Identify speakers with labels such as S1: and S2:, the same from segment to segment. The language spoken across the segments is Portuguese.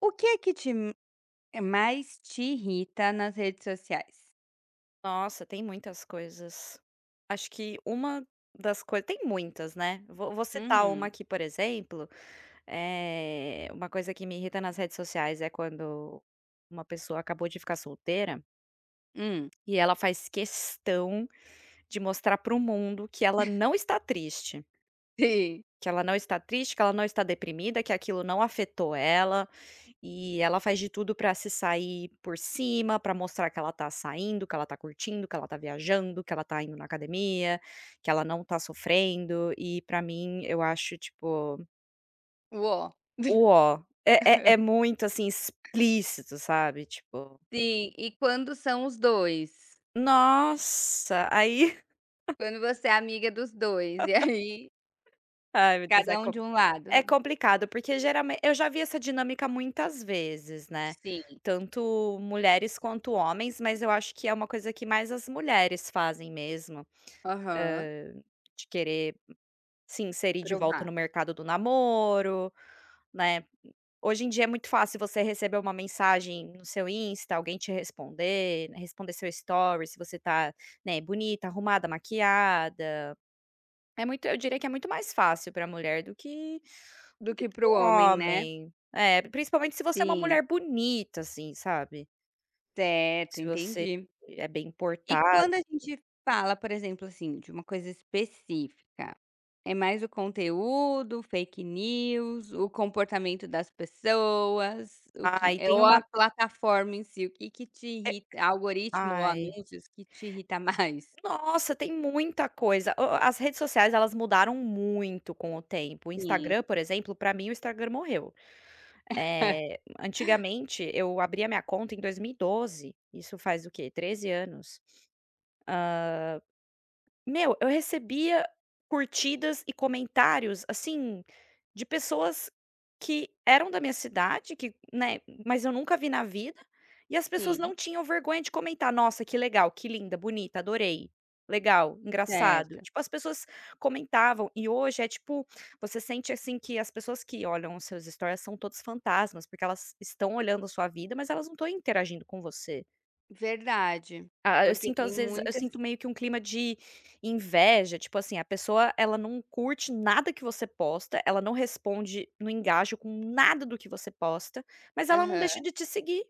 S1: O que é que te m mais te irrita nas redes sociais?
S2: Nossa, tem muitas coisas. Acho que uma das coisas tem muitas, né, vou citar uma
S1: Uhum.
S2: aqui, por exemplo, uma coisa que me irrita nas redes sociais é quando uma pessoa acabou de ficar solteira
S1: Hum.
S2: e ela faz questão de mostrar para o mundo que ela não está triste.
S1: Sim.
S2: Que ela não está triste, que ela não está deprimida, que aquilo não afetou ela, e ela faz de tudo para se sair por cima, para mostrar que ela tá saindo, que ela tá curtindo, que ela tá viajando, que ela tá indo na academia, que ela não tá sofrendo, e pra mim eu acho, tipo,
S1: Uó.
S2: uó, é muito, assim, explícito, sabe, tipo,
S1: Sim, e quando são os 2?
S2: nossa, aí
S1: Quando você é amiga dos 2 e aí
S2: ai meu Deus, é.
S1: cada um de um
S2: É
S1: lado.
S2: complicado, porque geralmente eu já vi essa dinâmica muitas vezes, né,
S1: Sim.
S2: tanto mulheres quanto homens, mas eu acho que é uma coisa que mais as mulheres fazem mesmo,
S1: Aham.
S2: hã, de querer se inserir de volta
S1: Provar.
S2: no mercado do namoro, né. Hoje em dia é muito fácil você receber uma mensagem no seu Insta, alguém te responder, né, responder seu story se você tá, né, bonita, arrumada, maquiada. É muito eu diria que é muito mais fácil para a mulher
S1: Do
S2: do que
S1: que
S2: para
S1: pro
S2: o
S1: homem, né?
S2: homem. É, principalmente se você é uma
S1: Sim,
S2: mulher bonita, assim, sabe.
S1: certo,
S2: Se você
S1: entendi.
S2: é bem
S1: E
S2: portada.
S1: quando a gente fala, por exemplo, assim, de uma coisa específica, é mais o conteúdo, fake news, o comportamento das pessoas, o que
S2: Ai,
S1: é
S2: tem
S1: ou a
S2: uma
S1: plataforma em si, o que que te
S2: eh
S1: irrita, algoritmo ou
S2: ai,
S1: anúncios que te irrita mais?
S2: nossa, tem muita coisa. O as redes sociais, elas mudaram muito com o tempo. O
S1: Sim,
S2: Instagram, por exemplo, para mim o Instagram morreu. Antigamente eu abri a minha conta em 2012, isso faz o quê? 13 anos. Meu, eu recebia curtidas e comentários, assim, de pessoas que eram da minha cidade, que, né, mas eu nunca vi na vida, e as pessoas não
S1: sim,
S2: tinham vergonha de comentar: "Nossa, que legal, que linda, bonita, adorei. Legal, engraçado".
S1: certo.
S2: Tipo, as pessoas comentavam e hoje é tipo, você sente, assim, que as pessoas que olham os seus stories são todos fantasmas, porque elas estão olhando a sua vida, mas elas não estão interagindo com você.
S1: Verdade,
S2: Ah, eu
S1: porque
S2: sinto
S1: tem
S2: às vezes eu
S1: muitas,
S2: sinto meio que um clima de inveja, tipo assim, a pessoa ela não curte nada que você posta, ela não responde, não engaja com nada do que você posta, mas ela não deixa
S1: aham.
S2: de te seguir.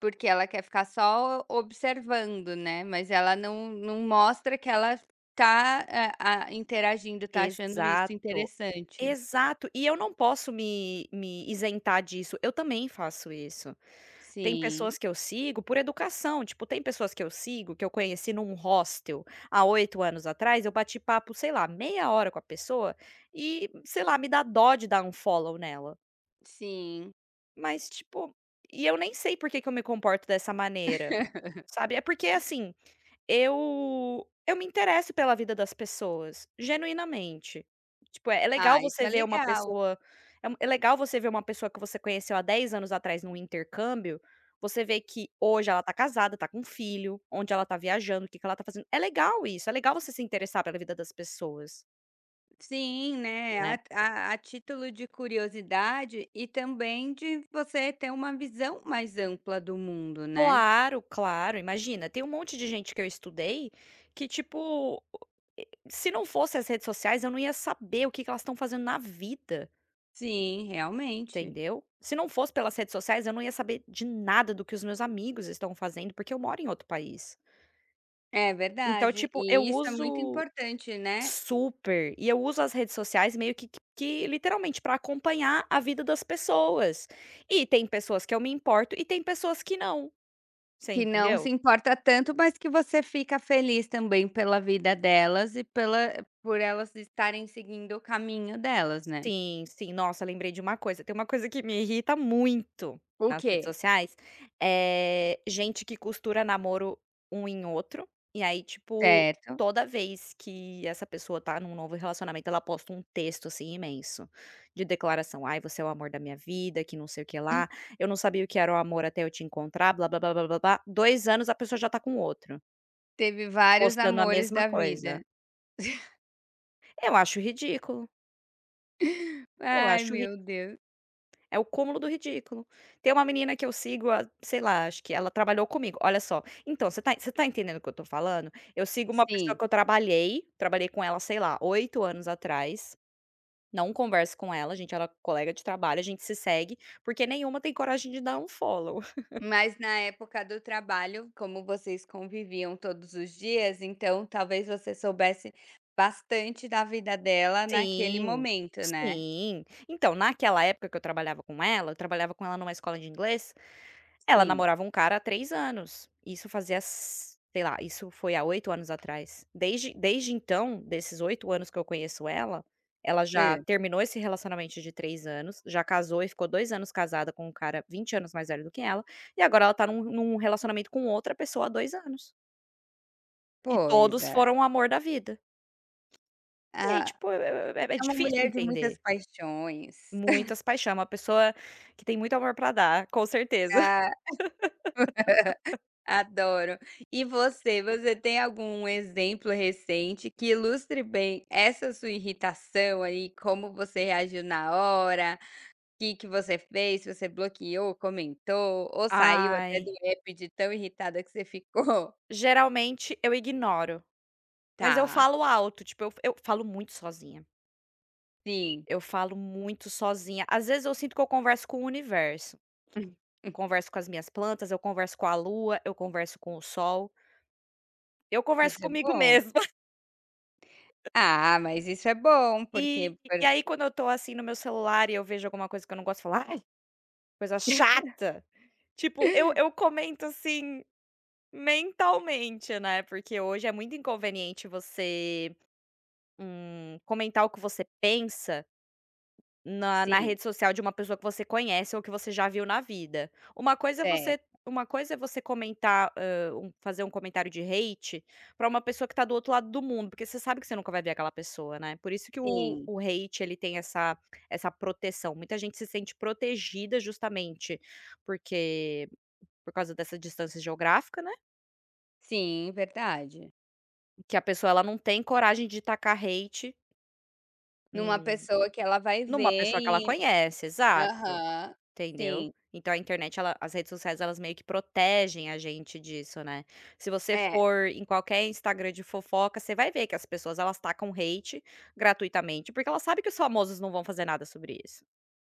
S1: Porque ela quer ficar só observando, né, mas ela não mostra que ela tá, interagindo, tá achando isso
S2: Exato,
S1: interessante.
S2: exato. E eu não posso me isentar disso, eu também faço isso. Tem
S1: Sim,
S2: pessoas que eu sigo por educação, tipo, tem pessoas que eu sigo, que eu conheci num hostel há 8 anos atrás, eu bati papo, sei lá, meia hora com a pessoa e, sei lá, me dá dó de dar um follow nela.
S1: sim.
S2: Mas, tipo, e eu nem sei por que que eu me comporto dessa maneira, sabe. É porque, assim eu me interesso pela vida das pessoas, genuinamente. Tipo, é legal
S1: Ah, isso
S2: você
S1: é
S2: ver uma
S1: legal.
S2: pessoa é legal você ver uma pessoa que você conheceu há 10 anos atrás num intercâmbio, você vê que hoje ela tá casada, tá com um filho, onde ela tá viajando, o que que ela tá fazendo. É legal isso, é legal você se interessar pela vida das pessoas,
S1: Sim, né,
S2: né.
S1: a título de curiosidade e também de você ter uma visão mais ampla do mundo, né.
S2: Claro, claro, imagina, tem um monte de gente que eu estudei que, tipo, se não fosse as redes sociais, eu não ia saber o que que elas estão fazendo na vida.
S1: Sim, realmente.
S2: Entendeu? Se não fosse pelas redes sociais, eu não ia saber de nada do que os meus amigos estão fazendo, porque eu moro em outro país.
S1: É
S2: Então,
S1: verdade.
S2: tipo, eu
S1: E isso é muito
S2: uso
S1: importante, né.
S2: super, e eu uso as redes sociais meio que literalmente para acompanhar a vida das pessoas. E tem pessoas que eu me importo e tem pessoas que não, você
S1: Que não se
S2: entendeu?
S1: importa tanto, mas que você fica feliz também pela vida delas e pela por elas estarem seguindo o caminho delas, né.
S2: Sim, sim. Nossa, lembrei de uma coisa. Tem uma coisa que me irrita muito
S1: O
S2: nas redes
S1: quê?
S2: sociais, é gente que costura namoro um em outro, e aí, tipo,
S1: Certo.
S2: toda vez que essa pessoa tá num novo relacionamento, ela posta um texto, assim, imenso, de declaração: "Ai, você é o amor da minha vida, que não sei o que lá, eu não sabia o que era o amor até eu te encontrar, blá blá blá blá blá blá". Dois anos a pessoa já tá com outro,
S1: Teve vários
S2: postando a
S1: amores
S2: mesma
S1: da vida.
S2: coisa. Eu acho ridículo, eu
S1: Ai,
S2: acho.
S1: meu Deus.
S2: É o cúmulo do ridículo. Tem uma menina que eu sigo há, sei lá, acho que ela trabalhou comigo, olha só. Então, você tá entendendo o que eu tô falando? Eu sigo uma pessoa
S1: Sim,
S2: que eu trabalhei, trabalhei com ela, sei lá, 8 anos atrás, não converso com ela, a gente ela é colega de trabalho, a gente se segue, porque nenhuma tem coragem de dar um follow.
S1: mas na época do trabalho, como vocês conviviam todos os dias, então talvez você soubesse bastante da vida dela naquele
S2: Sim,
S1: momento, né.
S2: sim. Então, naquela época que eu trabalhava com ela, eu trabalhava com ela numa escola de inglês. Ela
S1: Sim.
S2: namorava um cara há 3 anos, isso fazia s sei lá, isso foi há 8 anos atrás. Desde então, desses 8 anos que eu conheço ela, ela já
S1: Hã.
S2: terminou esse relacionamento de 3 anos, já casou e ficou 2 anos casada com um cara 20 anos mais velho do que ela, e agora ela tá num num relacionamento com outra pessoa há 2 anos. E
S1: Pois
S2: todos
S1: é.
S2: foram o amor da vida. E aí,
S1: Ah,
S2: tipo, é
S1: é uma
S2: difícil
S1: mulher de
S2: entender.
S1: muitas paixões.
S2: Muitas paixões. Uma pessoa que tem muito amor pra dar, com certeza.
S1: Ah, adoro. E você tem algum exemplo recente que ilustre bem essa sua irritação aí, como você reagiu na hora, o que que você fez, se você bloqueou, comentou ou saiu até do
S2: Ai,
S1: app de tão irritada que você ficou?
S2: geralmente eu ignoro. Mas eu
S1: Tá,
S2: falo alto, tipo, eu falo muito sozinha.
S1: sim.
S2: Eu falo muito sozinha. Às vezes eu sinto que eu converso com o universo. Converso com as minhas plantas, eu converso com a lua, eu converso com o sol, eu converso
S1: Isso é
S2: comigo
S1: bom.
S2: mesma.
S1: Ah, mas isso é bom, porque
S2: E
S1: por
S2: e aí quando eu tô, assim, no meu celular e eu vejo alguma coisa que eu não gosto, eu falo: "Ai, coisa chata!". Tipo, eu comento, assim, mentalmente, né, porque hoje é muito inconveniente você, comentar o que você pensa. Na
S1: sim,
S2: rede social de uma pessoa que você conhece ou que você já viu na vida. Uma coisa é você
S1: certo,
S2: uma coisa é você comentar, fazer um comentário de hate para uma pessoa que tá do outro lado do mundo, porque você sabe que você nunca vai ver aquela pessoa, né. Por isso que o
S1: sim,
S2: o hate ele tem essa essa proteção. Muita gente se sente protegida justamente porque por causa dessa distância geográfica, né,
S1: sim, verdade.
S2: que a pessoa ela não tem coragem de tacar hate,
S1: Numa
S2: hum,
S1: pessoa que ela vai
S2: numa
S1: ver
S2: pessoa que ela
S1: e
S2: conhece, exato.
S1: aham,
S2: Entendeu?
S1: sim.
S2: Então a internet ela as redes sociais elas meio que protegem a gente disso, né. Se você
S1: É,
S2: for em qualquer Instagram de fofoca, você vai ver que as pessoas elas tacam hate gratuitamente, porque elas sabem que os famosos não vão fazer nada sobre isso,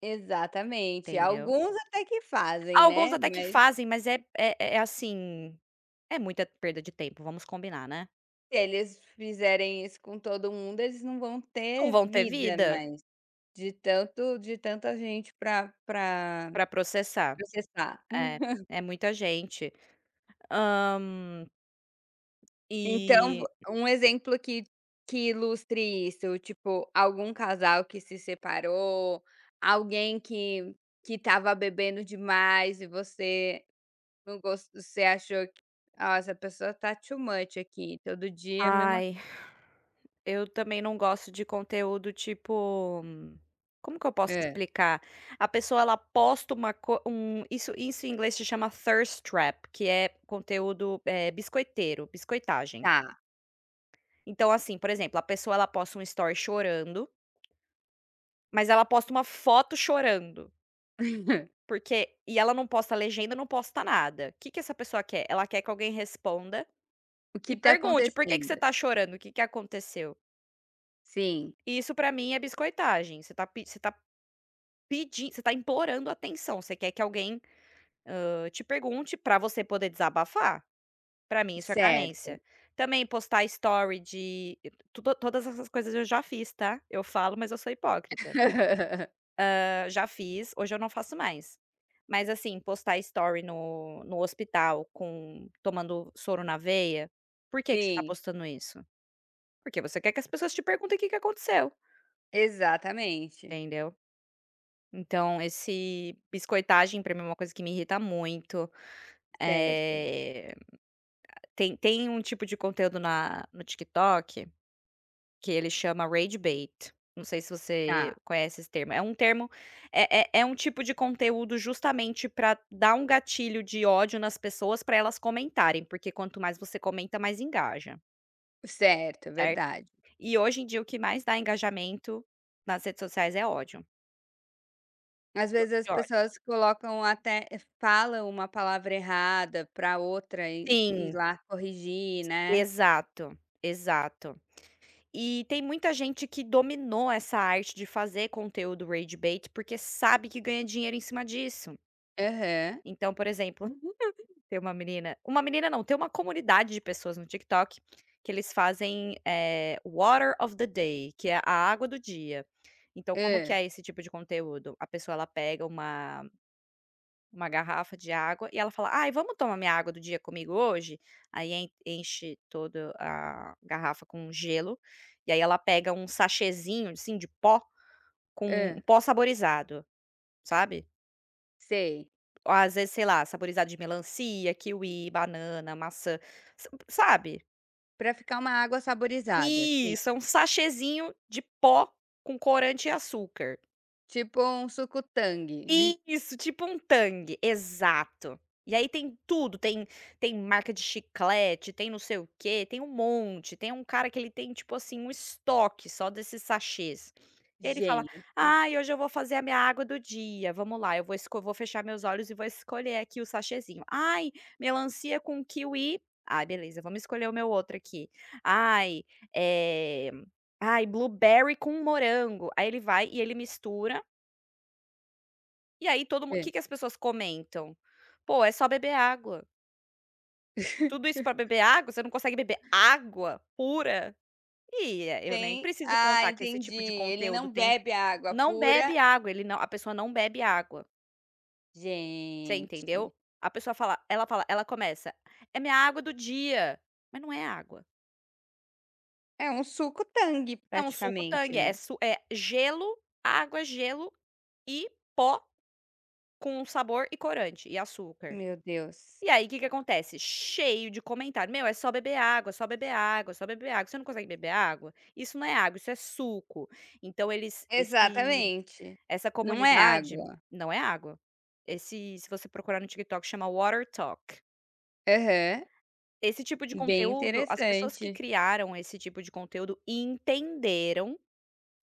S1: exatamente.
S2: entendeu.
S1: Alguns até que fazem,
S2: Alguns
S1: né,
S2: até que
S1: mas
S2: fazem, mas é assim, é muita perda de tempo, vamos combinar, né.
S1: se eles fizerem isso com todo mundo, eles não vão
S2: Não
S1: ter
S2: vão ter
S1: vida
S2: vida
S1: mais, de tanto de tanta gente pra
S2: pra processar.
S1: processar.
S2: É, é muita gente. Hã,
S1: Então, vo
S2: e
S1: um exemplo que ilustre isso, tipo, algum casal que se separou, alguém que estava bebendo demais e você Não gos você achou que: "Ah, essa pessoa tá too much aqui, todo dia a mesma co"
S2: ai, eu também não gosto de conteúdo tipo, como que eu posso
S1: Hã,
S2: explicar? A pessoa ela posta uma co isso em inglês se chama thirst trap, que é conteúdo, eh, biscoiteiro, biscoitagem.
S1: tá.
S2: Então, assim, por exemplo, a pessoa ela posta um story chorando, mas ela posta uma foto chorando, porque e ela não posta legenda, não posta nada. O que que essa pessoa quer? Ela quer que alguém responda
S1: O que
S2: e
S1: tá
S2: pergunte: "Por que que
S1: acontecendo?
S2: você tá chorando? O que que aconteceu?".
S1: Sim,
S2: Isso pra mim é biscoitagem, você tá implorando atenção, você quer que alguém, te pergunte pra você poder desabafar. Pra mim isso é
S1: certo.
S2: carência. Também postar story de tudo todas essas coisas eu já fiz, tá. Eu falo, mas eu sou hipócrita. Já fiz, hoje eu não faço mais. Mas assim, postar story no no hospital com tomando soro na veia, por que que você tá
S1: Sim,
S2: postando isso? Porque você quer que as pessoas te perguntem o que que aconteceu,
S1: exatamente.
S2: entendeu. Então esse biscoitagem pra mim é uma coisa que me irrita muito.
S1: Certo,
S2: Eh, tem um tipo de conteúdo na no TikTok que ele chama rage bait, não sei se você
S1: tá.
S2: conhece esse termo, é um termo é um tipo de conteúdo justamente para dar um gatilho de ódio nas pessoas para elas comentarem, porque quanto mais você comenta, mais engaja,
S1: Certo, é
S2: certo.
S1: verdade.
S2: E hoje em dia o que mais dá engajamento nas redes sociais é ódio,
S1: Às
S2: conteúdo
S1: vezes as
S2: de ódio.
S1: pessoas colocam até falam uma palavra errada pra outra e ir
S2: Sim,
S1: lá corrigir, né.
S2: exato, exato. E tem muita gente que dominou essa arte de fazer conteúdo rage bait, porque sabe que ganha dinheiro em cima disso.
S1: Aham.
S2: Então, por exemplo, tem uma menina não, tem uma comunidade de pessoas no TikTok que eles fazem, eh, Water of the Day, que é a água do dia. Então, como que
S1: Hã,
S2: é esse tipo de conteúdo? A pessoa ela pega uma garrafa de água e ela fala: "Ai, vamos tomar minha água do dia comigo hoje?" Aí en enche toda a garrafa com gelo, e aí ela pega um sachêzinho, assim, de pó, com um
S1: hã,
S2: pó saborizado, sabe.
S1: sei.
S2: Ou às vezes, sei lá, saborizado de melancia, kiwi, banana, maçã, sa sabe.
S1: Pra ficar uma água saborizada, sim.
S2: Isso, é um sachêzinho de pó com corante e açúcar.
S1: Tipo um suco-Tang.
S2: Isso, tipo um Tang, exato. E aí tem tudo, tem tem marca de chiclete, tem não sei o quê, tem um monte, tem um cara que ele tem tipo assim um estoque só desses sachês. E ele fala:
S1: Gente.
S2: "Ai, hoje eu vou fazer a minha água do dia, vamos lá, eu vou esco vou fechar meus olhos e vou escolher aqui o sachêzinho. Ai, melancia com kiwi, ai beleza, vamos escolher o meu outro aqui. Ai, eh, ai blueberry com morango", aí ele vai e ele mistura e aí todo mundo o
S1: Hã.
S2: que que as pessoas comentam? "Pô, é só beber água. Tudo isso pra beber água? Você não consegue beber água pura?" Eu nem
S1: Tem
S2: preciso
S1: ah,
S2: contar que esse
S1: entendi.
S2: tipo de
S1: Ele
S2: conteúdo
S1: não
S2: tem
S1: bebe água
S2: não
S1: pura.
S2: bebe água, ele não a pessoa não bebe água, você
S1: Gente.
S2: entendeu? A pessoa fala ela começa: "É minha água do dia", mas não é água.
S1: É um suco tangue
S2: É um suco
S1: praticamente,
S2: Tang,
S1: né.
S2: é su é gelo, água, gelo e pó com sabor e corante e açúcar.
S1: Meu Deus.
S2: E aí, o que que acontece? Cheio de comentário: "Meu, é só beber água, só beber água, só beber água. Você não consegue beber água? Isso não é água, isso é suco". Então eles esse
S1: Exatamente.
S2: essa
S1: Não é
S2: comunidade
S1: água.
S2: não é água. Esse se você procurar no TikTok, chama Water Talk.
S1: Aham.
S2: Esse tipo de
S1: Bem
S2: conteúdo, as pessoas que
S1: interessante
S2: criaram esse tipo de conteúdo entenderam,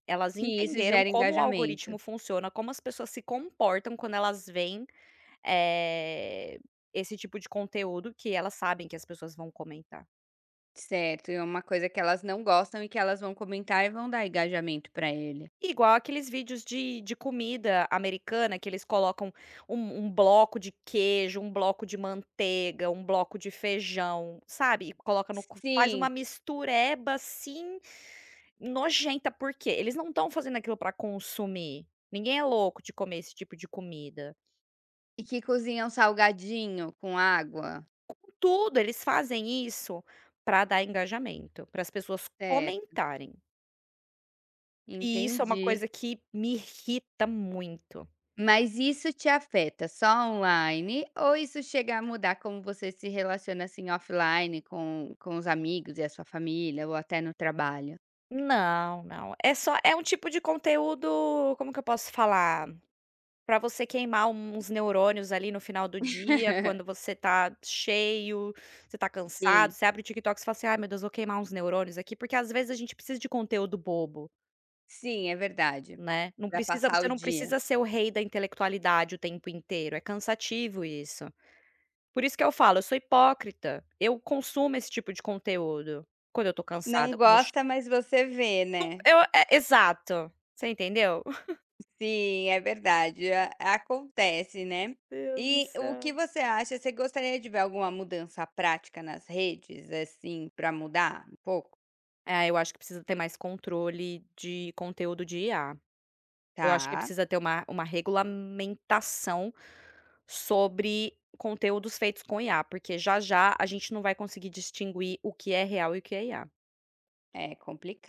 S2: elas
S1: que isso
S2: entenderam
S1: gera
S2: como o
S1: engajamento.
S2: algoritmo funciona, como as pessoas se comportam quando elas veem, eh, esse tipo de conteúdo que elas sabem que as pessoas vão comentar.
S1: Certo, e é uma coisa que elas não gostam e que elas vão comentar e vão dar engajamento pra ele.
S2: Igual aqueles vídeos de comida americana que eles colocam um um bloco de queijo, um bloco de manteiga, um bloco de feijão, sabe, e coloca no co faz
S1: Sim.
S2: uma mistureba, assim, nojenta, porque eles não estão fazendo aquilo para consumir, ninguém é louco de comer esse tipo de comida.
S1: E que cozinham salgadinho com água.
S2: Contudo, eles fazem isso para dar engajamento, para as pessoas
S1: Certo.
S2: comentarem, e isso é uma
S1: Entendi.
S2: coisa que me irrita muito.
S1: Mas isso te afeta só online ou isso chega a mudar como você se relaciona, assim, offline com os amigos e a sua família ou até no trabalho?
S2: Não, não. É só é um tipo de conteúdo, como que eu posso falar? Para você queimar um, uns neurônios ali no final do dia, quando você tá cheio, você tá
S1: Sim,
S2: cansado, você abre o TikTok e fala assim: "Ai meu Deus, vou queimar uns neurônios aqui", porque às vezes a gente precisa de conteúdo bobo,
S1: sim, é verdade.
S2: né. Não
S1: Para
S2: precisa
S1: passar
S2: você
S1: o
S2: não
S1: dia.
S2: precisa ser o rei da intelectualidade o tempo inteiro, é cansativo isso. Por isso que eu falo, eu sou hipócrita, eu consumo esse tipo de conteúdo, quando eu tô
S1: Não
S2: cansada, quando eu ch
S1: gosta, mas você vê, né.
S2: eu é, exato, você entendeu?
S1: Sim, é verdade, a acontece, né.
S2: Deus do
S1: E o que
S2: céu.
S1: você acha, você gostaria de ver alguma mudança prática nas redes, assim, para mudar um pouco?
S2: É, eu acho que precisa ter mais controle de conteúdo de IA. Eu acho que
S1: Tá,
S2: precisa ter uma regulamentação sobre conteúdos feitos com IA, porque já a gente não vai conseguir distinguir o que é real e o que é IA.
S1: é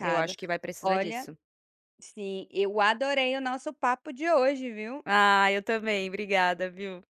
S2: Eu acho que vai precisar
S1: Olha.
S2: disso.
S1: Sim, eu adorei o nosso papo de hoje, viu?
S2: Ah, eu também, obrigada, viu.